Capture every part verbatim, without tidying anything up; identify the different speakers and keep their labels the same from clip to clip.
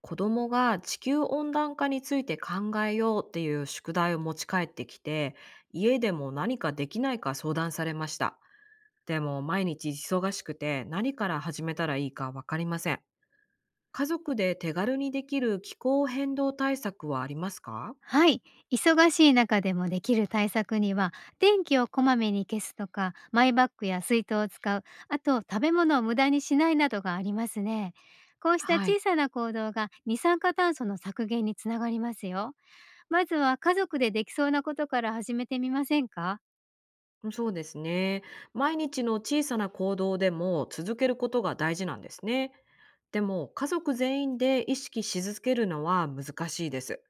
Speaker 1: 子供が地球温暖化について考えようっていう宿題を持ち帰ってきて、家でも何かできないか相談されました。でも毎日忙しくて何から始めたらいいかわかりません。家族で手軽にできる気候変動対策はありますか？
Speaker 2: はい。忙しい中でもできる対策には、電気をこまめに消すとか、マイバッグや水筒を使う、あと食べ物を無駄にしないなどがありますね。こうした
Speaker 1: はい。
Speaker 2: 小さな行動が二酸化炭素の削減につながりますよ。まずは家族でできそうなことから始めてみませんか？
Speaker 1: そうですね。毎日の小さな行動でも続けることが大事なんですね。でも家族全員で意識し続けるのは難しいです。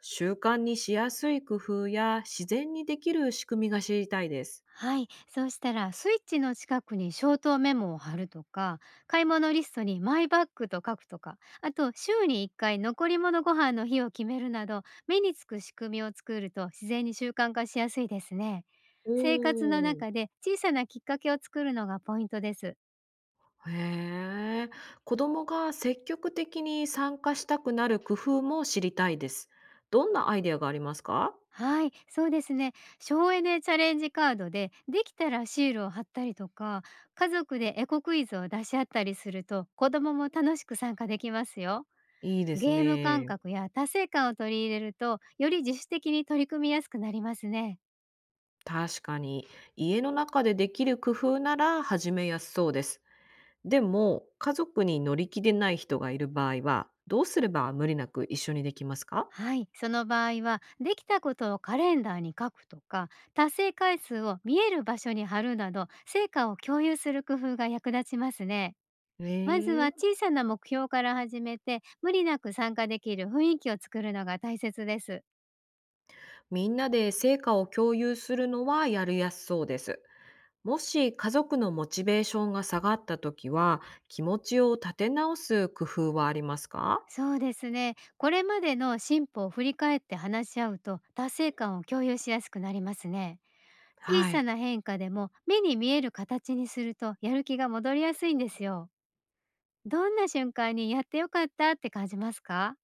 Speaker 1: 習慣にしやすい工夫や自然にできる仕組みが知りたいです。
Speaker 2: はい、そうしたらスイッチの近くにショートメモを貼るとか、買い物リストにマイバッグと書くとか、あと週にいっかい残り物ご飯の日を決めるなど、目につく仕組みを作ると自然に習慣化しやすいですね。
Speaker 1: お
Speaker 2: 生活の
Speaker 1: ー。
Speaker 2: 中で小さなきっかけを作るのがポイントです。
Speaker 1: へえ、子供が積極的に参加したくなる工夫も知りたいです。どんなアイデアがありますか？
Speaker 2: はい、そうですね。省エネチャレンジカードでできたらシールを貼ったりとか、家族でエコクイズを出し合ったりすると子供も楽しく参加できますよ。
Speaker 1: いいです
Speaker 2: ゲーム感
Speaker 1: ね。
Speaker 2: 覚や達成感を取り入れると、より自主的に取り組みやすくなりますね。
Speaker 1: 確かに、家の中でできる工夫なら始めやすそうです。でも、家族に乗り気でない人がいる場合は、どうすれば無理なく一緒にできますか？
Speaker 2: はい、その場合はできたことをカレンダーに書くとか、達成回数を見える場所に貼るなど、成果を共有する工夫が役立ちますね。まずは
Speaker 1: ええ。
Speaker 2: 小さな目標から始めて、無理なく参加できる雰囲気を作るのが大切です。
Speaker 1: みんなで成果を共有するのはやりやすそうです。もし家族のモチベーションが下がった時は、気持ちを立て直す工夫はありますか？
Speaker 2: そうですね。これまでの進歩を振り返って話し合うと、達成感を共有しやすくなりますね。小
Speaker 1: は
Speaker 2: さ
Speaker 1: い。
Speaker 2: な変化でも目に見える形にすると、やる気が戻りやすいんですよ。どんな瞬間にやってよかったって感じますか？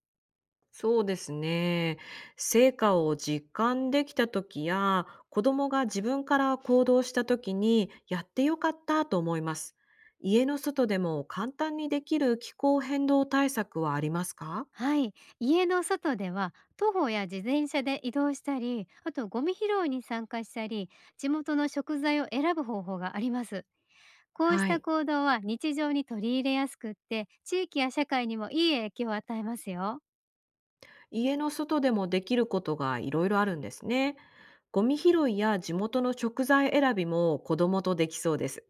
Speaker 1: そうですね。成果を実感できた時や、子供が自分から行動した時に、やってよかったと思います。家の外でも簡単にできる気候変動対策はありますか？
Speaker 2: はい。家の外では徒歩や自転車で移動したり、あとゴミ拾いに参加したり、地元の食材を選ぶ方法があります。こうし
Speaker 1: は
Speaker 2: た
Speaker 1: い。
Speaker 2: 行動は日常に取り入れやすくって、地域や社会にもいい影響を与えますよ。
Speaker 1: 家の外でもできることがいろいろあるんですね。ゴミ拾いや地元の食材選びも子供とできそうです。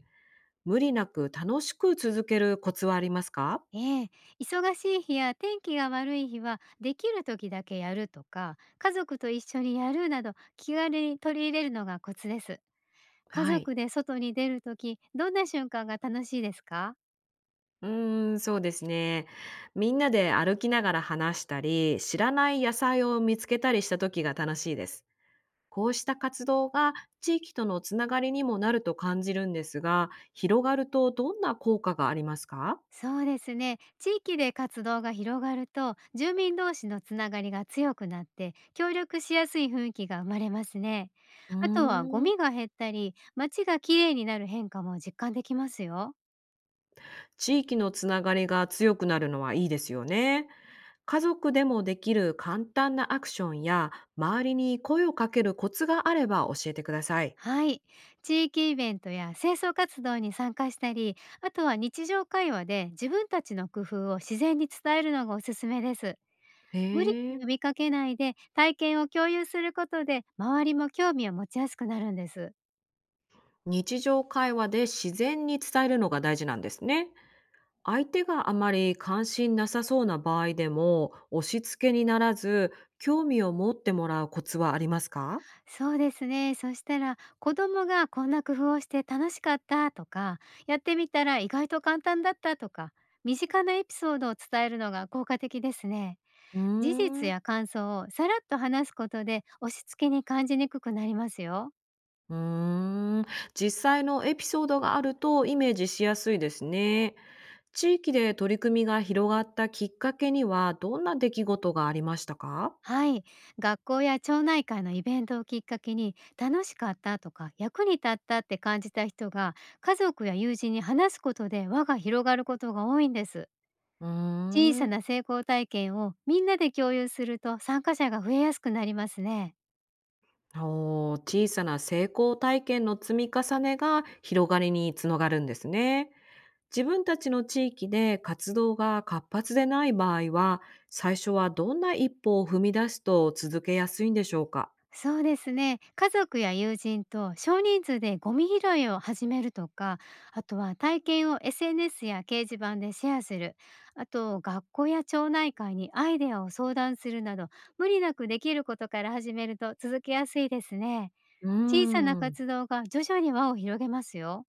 Speaker 1: 無理なく楽しく続けるコツはありますか？
Speaker 2: ええ、忙しい日や天気が悪い日はできる時だけやるとか、家族と一緒にやるなど、気軽に取り入れるのがコツです。家
Speaker 1: はい。
Speaker 2: 族で外に出る時、どんな瞬間が楽しいですか？
Speaker 1: うーん、そうですね。みんなで歩きながら話したり、知らない野菜を見つけたりした時が楽しいです。こうした活動が地域とのつながりにもなると感じるんですが、広がるとどんな効果がありますか？
Speaker 2: そうですね、地域で活動が広がると、住民同士のつながりが強くなって、協力しやすい雰囲気が生まれますね。
Speaker 1: うー
Speaker 2: あとはゴ
Speaker 1: ん。
Speaker 2: ミが減ったり、街がきれいになる変化も実感できますよ。
Speaker 1: 地域のつながりが強くなるのはいいですよね。家族でもできる簡単なアクションや、周りに声をかけるコツがあれば教えてください。
Speaker 2: はい。地域イベントや清掃活動に参加したり、あとは日常会話で自分たちの工夫を自然に伝えるのがおすすめです。
Speaker 1: へ
Speaker 2: 無理
Speaker 1: え。
Speaker 2: に呼びかけないで体験を共有することで、周りも興味を持ちやすくなるんです。
Speaker 1: 日常会話で自然に伝えるのが大事なんですね。相手があまり関心なさそうな場合でも、押し付けにならず、興味を持ってもらうコツはありますか？
Speaker 2: そうですね。そしたら、子供がこんな工夫をして楽しかったとか、やってみたら意外と簡単だったとか、身近なエピソードを伝えるのが効果的ですね。
Speaker 1: う
Speaker 2: 事
Speaker 1: ー
Speaker 2: 実
Speaker 1: ん。
Speaker 2: や感想をさらっと話すことで、押し付けに感じにくくなりますよ。
Speaker 1: うーん。実際のエピソードがあるとイメージしやすいですね。地域で取り組みが広がったきっかけにはどんな出来事がありましたか？
Speaker 2: はい。学校や町内会のイベントをきっかけに、楽しかったとか役に立ったって感じた人が家族や友人に話すことで、輪が広がることが多いんです。
Speaker 1: うー
Speaker 2: 小さ
Speaker 1: ん。
Speaker 2: な成功体験をみんなで共有すると、参加者が増えやすくなりますね。
Speaker 1: おー、小さな成功体験の積み重ねが広がりにつながるんですね。自分たちの地域で活動が活発でない場合は、最初はどんな一歩を踏み出すと続けやすいんでしょうか？
Speaker 2: そうですね。家族や友人と少人数でゴミ拾いを始めるとか、あとは体験を エスエヌエス や掲示板でシェアする、あと学校や町内会にアイデアを相談するなど、無理なくできることから始めると続けやすいですね。
Speaker 1: うー
Speaker 2: 小さな
Speaker 1: ん。
Speaker 2: 活動が徐々に輪を広げますよ。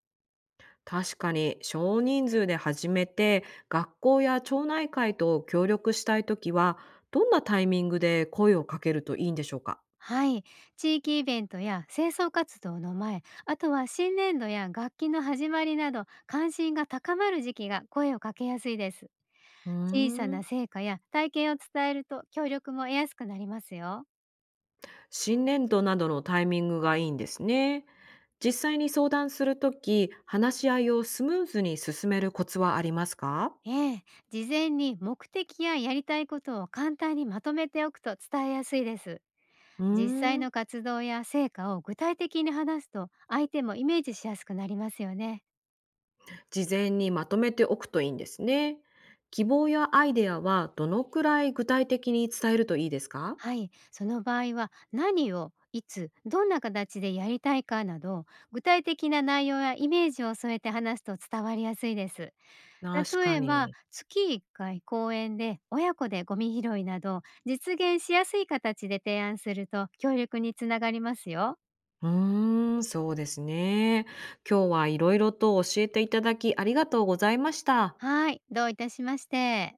Speaker 1: 確かに、少人数で始めて学校や町内会と協力したいときはどんなタイミングで声をかけるといいんでしょうか？
Speaker 2: はい。地域イベントや清掃活動の前、あとは新年度や楽器の始まりなど、関心が高まる時期が声をかけやすいです。
Speaker 1: うー
Speaker 2: 小さ
Speaker 1: ん。
Speaker 2: な成果や体験を伝えると、協力も得やすくなりますよ。
Speaker 1: 新年度などのタイミングがいいんですね。実際に相談するとき話し合いをスムーズに進めるコツはありますか？
Speaker 2: ええ、事前に目的ややりたいことを簡単にまとめておくと伝えやすいです。
Speaker 1: うー
Speaker 2: 実際
Speaker 1: ん。
Speaker 2: の活動や成果を具体的に話すと、相手もイメージしやすくなりますよね。
Speaker 1: 事前にまとめておくといいんですね。希望やアイデアはどのくらい具体的に伝えるといいですか？
Speaker 2: はい、その場合は何をいつどんな形でやりたいかなど、具体的な内容やイメージを添えて話すと伝わりやすいです。
Speaker 1: 確
Speaker 2: 例
Speaker 1: か
Speaker 2: えば、
Speaker 1: に。
Speaker 2: 月いっかい公園で親子でゴミ拾いなど、実現しやすい形で提案すると協力につながりますよ。
Speaker 1: うーん、そうですね。今日はいろいろと教えていただきありがとうございました。
Speaker 2: はい、どういたしまして。